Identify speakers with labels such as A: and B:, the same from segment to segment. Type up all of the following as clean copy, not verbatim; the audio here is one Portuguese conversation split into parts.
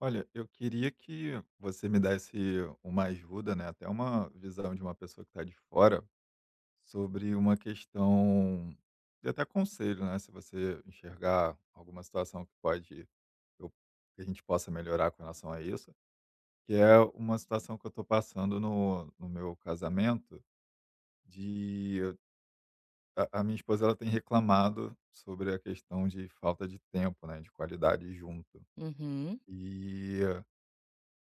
A: Olha, eu queria que você me desse uma ajuda, né, até uma visão de uma pessoa que está de fora, sobre uma questão e até conselho, né, se você enxergar alguma situação que pode eu que a gente possa melhorar com relação a isso, que é uma situação que eu estou passando no meu casamento, de a minha esposa ela tem reclamado sobre a questão de falta de tempo, né, de qualidade junto.
B: Uhum.
A: E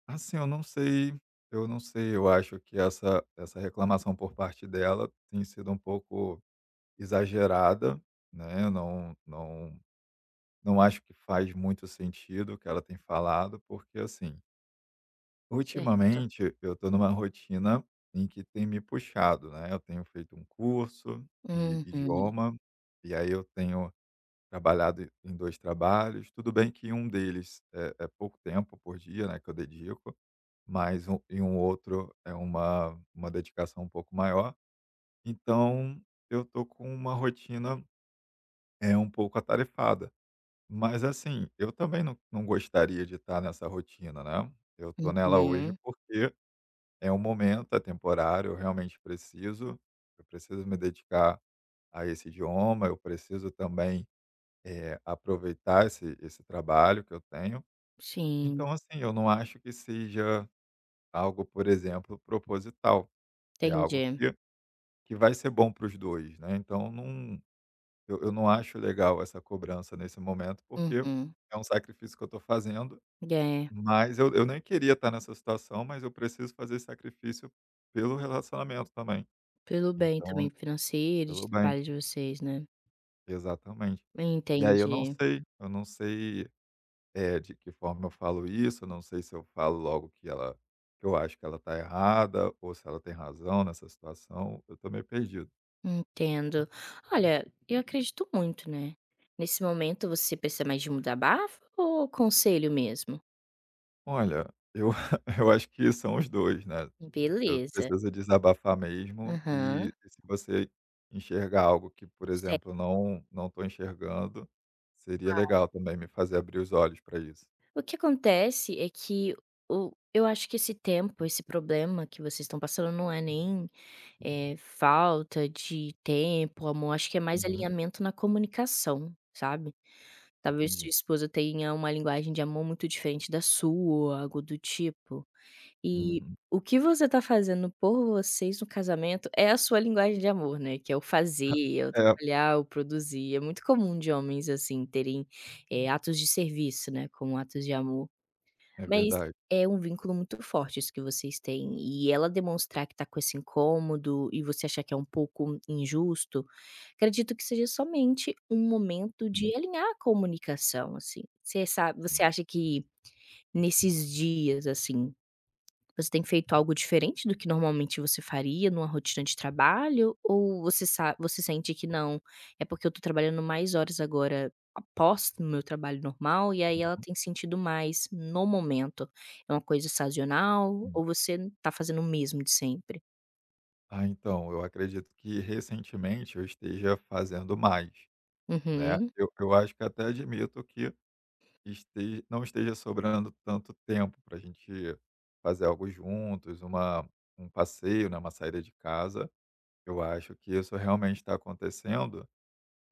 A: assim, eu não sei, eu acho que essa reclamação por parte dela tem sido um pouco exagerada, né, eu não acho que faz muito sentido o que ela tem falado, porque, assim,
B: Certo.
A: ultimamente eu estou numa rotina em que tem me puxado, né, eu tenho feito um curso de
B: Uhum,
A: idioma, e aí eu tenho trabalhado em 2 trabalhos, tudo bem que um deles é pouco tempo por dia, né, que eu dedico, mas em um outro é uma dedicação um pouco maior. Então eu tô com uma rotina, é um pouco atarefada. Mas assim, eu também não gostaria de estar nessa rotina, né. Eu tô nela hoje
B: uhum.
A: porque é um momento, é temporário, eu realmente preciso, eu preciso me dedicar a esse idioma, eu preciso também, aproveitar esse trabalho que eu tenho.
B: Sim,
A: Então assim, eu não acho que seja algo, por exemplo, proposital. É algo
B: entendi.
A: que vai ser bom para os 2, né, então eu não acho legal essa cobrança nesse momento, porque
B: Uhum.
A: é um sacrifício que eu estou fazendo,
B: É,
A: mas eu nem queria estar nessa situação, mas eu preciso fazer esse sacrifício pelo relacionamento também,
B: pelo bem
A: então
B: também financeiro e de
A: pelo bem.
B: trabalho de vocês, né.
A: Exatamente. E aí
B: Entendi,
A: eu não sei, de que forma eu falo isso, eu não sei se eu falo logo que eu acho que ela está errada ou se ela tem razão nessa situação, eu estou meio perdido.
B: entendo. Olha, eu acredito muito, né. Nesse momento você precisa mais de mudar desabafo ou conselho mesmo?
A: Olha, eu eu acho que são os 2, né. Eu
B: Beleza.
A: preciso desabafar mesmo e
B: Aham.
A: e se você enxergar algo que, por exemplo, não estou enxergando, seria legal também me fazer abrir os olhos para isso.
B: O que acontece é que o eu acho que esse tempo, esse problema que vocês estão passando não é nem, falta de tempo, amor, acho que é mais
A: Uhum,
B: alinhamento na comunicação, sabe. Talvez sua
A: entendi.
B: esposa tenha uma linguagem de amor muito diferente da sua, algo do tipo. E
A: Uhum.
B: o que você tá fazendo por vocês no casamento é a sua linguagem de amor, né, que é o fazer, é o
A: É,
B: trabalhar, o produzir. É muito comum de homens, assim, terem, atos de serviço, né, como atos de amor.
A: é
B: Mas
A: verdade.
B: é um vínculo muito forte isso que vocês têm, e ela demonstrar que tá com esse incômodo e você achar que é um pouco injusto, acredito que seja somente um momento
A: Hum,
B: de alinhar a comunicação, assim. Você sabe você
A: hum,
B: acha que nesses dias, assim, você tem feito algo diferente do que normalmente você faria numa rotina de trabalho ou você sa você sente que não, é porque eu tô trabalhando mais horas agora após o meu trabalho normal e aí ela tem sentido mais no momento? É uma coisa sazonal
A: hum.
B: ou você tá fazendo o mesmo de sempre?
A: Ah, então, eu acredito que recentemente eu esteja fazendo mais, né.
B: Uhum,
A: Eu acho que até admito que este não esteja sobrando tanto tempo para a gente fazer algo juntos, um passeio, né, uma saída de casa. Eu acho que isso realmente está acontecendo,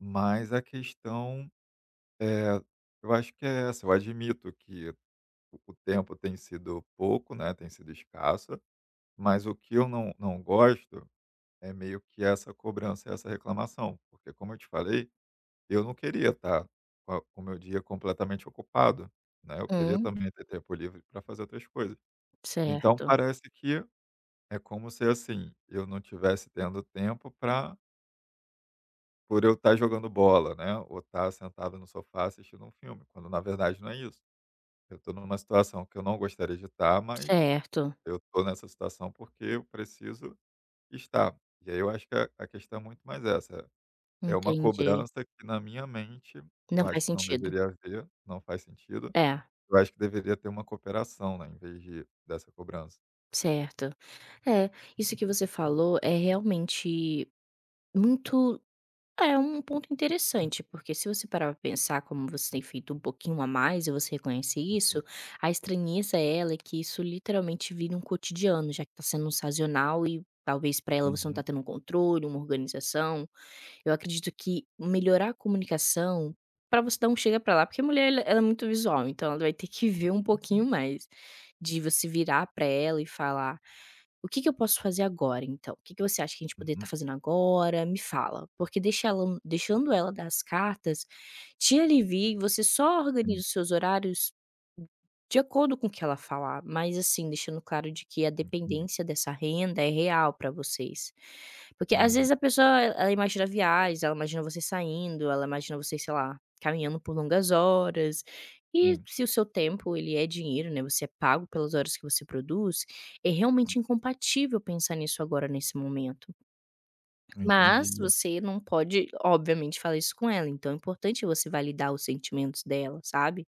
A: mas a questão é, eu acho que é essa, eu admito que o tempo tem sido pouco, né, tem sido escasso, mas o que eu não gosto é meio que essa cobrança e essa reclamação, porque como eu te falei, eu não queria estar com o meu dia completamente ocupado, né, eu queria
B: hum,
A: também ter tempo livre para fazer outras coisas. Então
B: certo,
A: parece que é como se, assim, eu não tivesse tendo tempo para, por eu estar jogando bola, né, ou estar sentado no sofá assistindo um filme, quando na verdade não é isso. Eu estou numa situação que eu não gostaria de estar, mas
B: certo,
A: eu estou nessa situação porque eu preciso estar. E aí eu acho que a questão é muito mais essa. É uma
B: entendi.
A: cobrança que na minha mente, eu
B: Não
A: acho
B: faz
A: que não
B: sentido.
A: deveria haver, não faz sentido.
B: É,
A: Eu acho que deveria ter uma cooperação, né, em vez de dessa cobrança.
B: certo. É, isso que você falou é realmente muito É um ponto interessante, porque se você parar pra pensar como você tem feito um pouquinho a mais e você reconhece isso,
A: Uhum,
B: a estranheza é ela é que isso literalmente vira um cotidiano, já que tá sendo um sazonal e talvez pra ela você não
A: uhum,
B: tá tendo um controle, uma organização. Eu acredito que melhorar a comunicação pra você dar um chega pra lá, porque a mulher ela é muito visual, então ela vai ter que ver um pouquinho mais de você virar pra ela e falar o que que eu posso fazer agora então? O que que você acha que a gente poderia estar
A: uhum.
B: fazendo agora? Me fala, porque deixando ela dar as cartas te alivia e você só organiza os seus horários de acordo com o que ela falar, mas assim, deixando claro de que a
A: Sim, entendi.
B: dependência dessa renda é real para vocês. Porque às
A: Uhum,
B: vezes a pessoa ela imagina viagens, ela imagina vocês saindo, ela imagina vocês, sei lá, caminhando por longas horas, e
A: sim,
B: se o seu tempo ele é dinheiro, né, você é pago pelas horas que você produz, é realmente incompatível pensar nisso agora nesse momento. Mas
A: entendi.
B: você não pode, obviamente, falar isso com ela, então é importante você validar os sentimentos dela, sabe.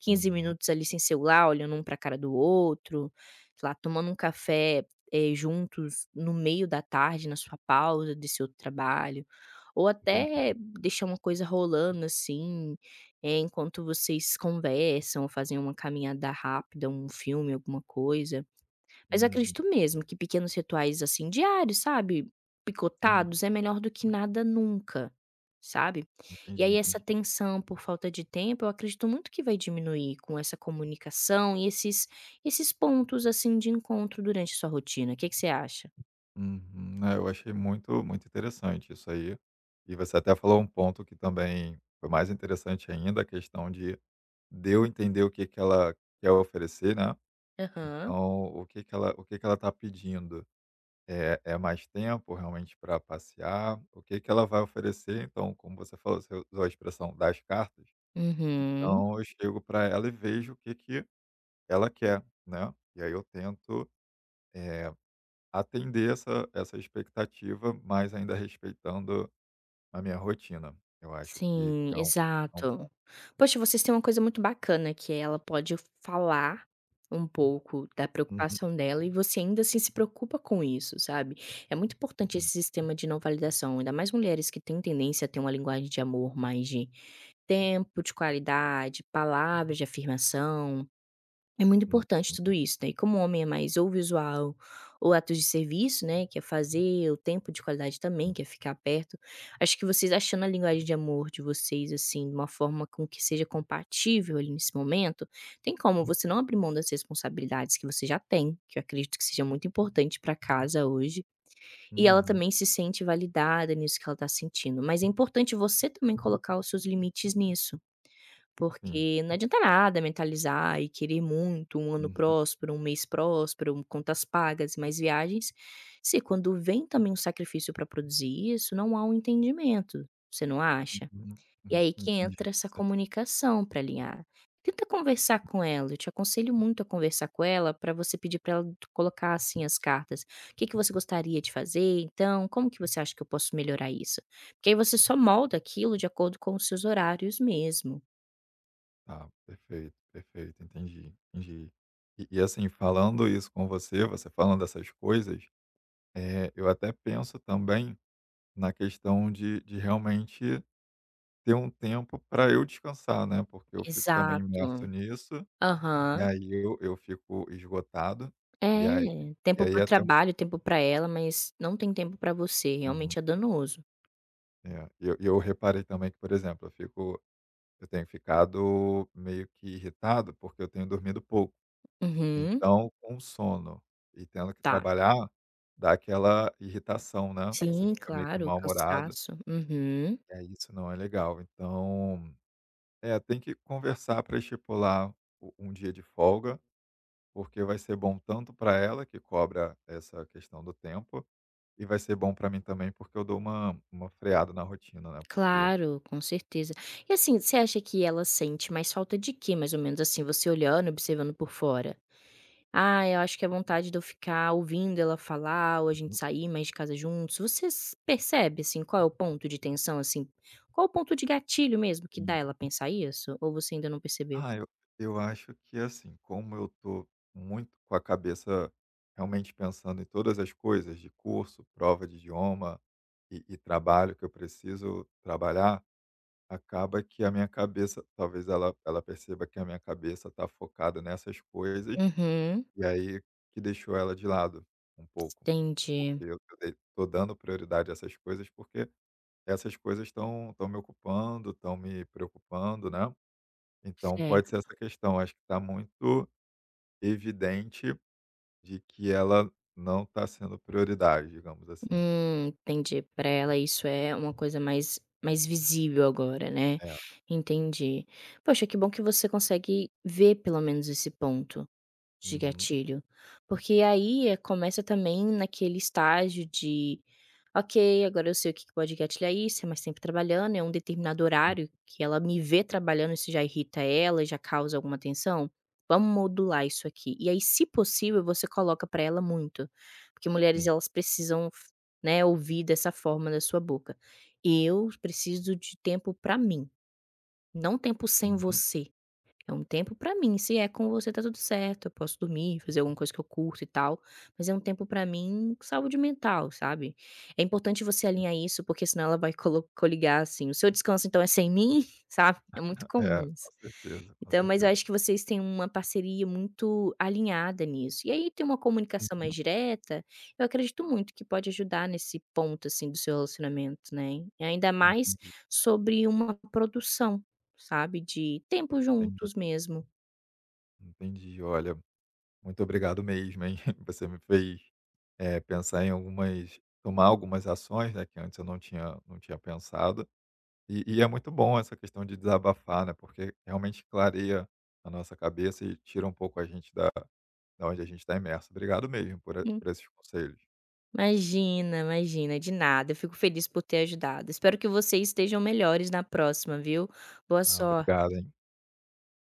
B: Quinze
A: Uhum,
B: minutos ali sem celular, olhando um pra cara do outro, sei lá, tomando um café, juntos no meio da tarde, na sua pausa desse outro trabalho, ou
A: entendi.
B: até deixar uma coisa rolando, assim, enquanto vocês conversam ou fazem uma caminhada rápida, um filme, alguma coisa. Mas eu
A: Uhum,
B: acredito mesmo que pequenos rituais, assim, diários, sabe,
A: sim,
B: picotados, é melhor do que nada nunca, sabe. E
A: entendi,
B: aí essa
A: entendi.
B: tensão por falta de tempo, eu acredito muito que vai diminuir com essa comunicação e esses pontos, assim, de encontro durante a sua rotina. O que que você acha?
A: Uhum. É, eu achei muito, muito interessante isso aí. E você até falou um ponto que também foi mais interessante ainda, a questão de eu entender o que que ela quer oferecer, né?
B: Aham.
A: Então, o que que ela está pedindo? É mais tempo realmente para passear? O que que ela vai oferecer? Então, como você falou, você usou a expressão "das cartas",
B: Uhum.
A: então eu chego para ela e vejo o que que ela quer, né. E aí eu tento, eh, atender essa expectativa, mas ainda respeitando a minha rotina. Eu acho que
B: Sim,
A: que é é um.
B: exato. Poxa, vocês têm uma coisa muito bacana que é ela pode falar um pouco da
A: Uhum,
B: preocupação dela e você ainda assim se preocupa com isso, sabe. É muito importante esse
A: sim.
B: sistema de não validação, ainda mais mulheres que têm tendência a ter uma linguagem de amor mais de tempo de qualidade, palavras de afirmação. É muito
A: Uhum,
B: importante tudo
A: uhum,
B: isso, né, e como o homem é mais ou visual ou atos de serviço, né, que é fazer, o tempo de qualidade também,
A: sim.
B: que é ficar perto, acho que vocês achando a linguagem de amor de vocês, assim, de uma forma com que seja compatível ali nesse momento, tem como você não abrir mão das responsabilidades que você já tem, que eu acredito que seja muito importante para casa hoje, e ela
A: Uhum,
B: também se sente validada nisso que ela tá sentindo, mas é importante você também colocar os seus limites nisso. Porque não adianta nada mentalizar e querer muito um ano
A: sim.
B: próspero, um mês próspero, contas pagas e mais viagens, se quando vem também um sacrifício para produzir isso, não há um entendimento, você não acha?
A: Uhum,
B: E
A: uhum,
B: aí
A: uhum,
B: que
A: entendi.
B: entra essa comunicação para alinhar. Tenta conversar com ela, eu te aconselho muito a conversar com ela para você pedir para ela colocar assim as cartas. O que que você gostaria de fazer então? Como que você acha que eu posso melhorar isso? Porque aí você só molda aquilo de acordo com os seus horários mesmo.
A: Tá, perfeito, perfeito, entendi, entendi. E assim, falando isso com você, você falando dessas coisas, eu até penso também na questão de realmente ter um tempo para eu descansar, né, porque eu fico também imerso
B: Exato.
A: nisso, e
B: Aham.
A: aí eu fico esgotado, e aí
B: É,
A: e
B: tempo para
A: aí
B: o
A: até
B: trabalho, tempo para ela, mas não tem tempo para você,
A: uhum,
B: realmente é danoso.
A: é, eu reparei também que, por exemplo, eu tenho ficado meio que irritado, porque eu tenho dormido pouco.
B: Uhum,
A: Então, com o sono e tendo que
B: tá.
A: trabalhar, dá aquela irritação, né, você
B: Sim,
A: fica meio que
B: claro,
A: mal-humorado,
B: cansaço. Uhum.
A: e aí isso não é legal. Então, é, tem que conversar para estipular u um dia de folga, porque vai ser bom tanto para ela, que cobra essa questão do tempo, e vai ser bom para mim também, porque eu dou uma freada na rotina, né, porque
B: Claro, com certeza. E assim, você acha que ela sente mais falta de quê, mais ou menos, assim, você olhando, observando por fora? Ah, eu acho que a vontade de eu ficar ouvindo ela falar ou a gente sair mais de casa juntos. Você percebe, assim, qual é o ponto de tensão, assim? Qual é o ponto de gatilho mesmo que dá
A: sim.
B: ela pensar isso? Ou você ainda não percebeu?
A: Ah, eu acho que, assim, como eu tô muito com a cabeça realmente pensando em todas as coisas, de curso, prova de idioma e trabalho que eu preciso trabalhar, acaba que a minha cabeça talvez ela perceba que a minha cabeça tá focada nessas coisas,
B: Uhum,
A: e aí que deixou ela de lado um pouco.
B: entendi.
A: Porque eu dei tô dando prioridade a essas coisas, porque essas coisas estão me ocupando, estão me preocupando, né. Então
B: É,
A: pode ser essa questão, acho que está muito evidente de que ela não está sendo prioridade, digamos assim.
B: entendi. Para ela isso é uma coisa mais visível agora, né?
A: É.
B: Entendi. Poxa, que bom que você consegue ver pelo menos esse ponto. De
A: Uhum.
B: gatilho. Porque aí, começa também naquele estágio de: "Ok, agora eu sei o que que pode gatilhar isso, é mais tempo trabalhando, é um determinado horário que ela me vê trabalhando, isso já irrita ela já causa alguma tensão? Vamos modular isso aqui". E aí, se possível, você coloca pra ela muito, porque mulheres
A: Sim.
B: elas precisam f né, ouvir dessa forma da sua boca: "Eu preciso de tempo pra mim, não tempo sem
A: Uhum.
B: você". É um tempo pra mim, se é com você tá tudo certo, eu posso dormir, fazer alguma coisa que eu curto e tal, mas é um tempo pra mim, saúde mental, sabe. É importante você alinhar isso, porque senão ela vai colo coligar assim: "O seu descanso então é sem mim?", sabe, é muito
A: É,
B: comum isso.
A: com certeza, com
B: Então, mas eu
A: certeza.
B: acho que vocês têm uma parceria muito alinhada nisso. E aí tem uma comunicação mais
A: Uhum.
B: direta, eu acredito muito que pode ajudar nesse ponto, assim, do seu relacionamento, né. Ainda mais
A: Entendi,
B: sobre uma produção, sabe, de tempo
A: entendi,
B: juntos mesmo.
A: entendi. Olha, muito obrigado mesmo, hein. Você me fez, pensar em algumas tomar algumas ações, né, que antes eu não tinha pensado. E é muito bom essa questão de desabafar, né, porque realmente clareia a nossa cabeça e tira um pouco a gente da onde a gente está imerso. Obrigado mesmo
B: Sim.
A: por esses conselhos.
B: Imagina, imagina, de nada, eu fico feliz por ter ajudado. Espero que vocês estejam melhores na próxima, viu. Boa
A: Ah, obrigado,
B: sorte.
A: hein.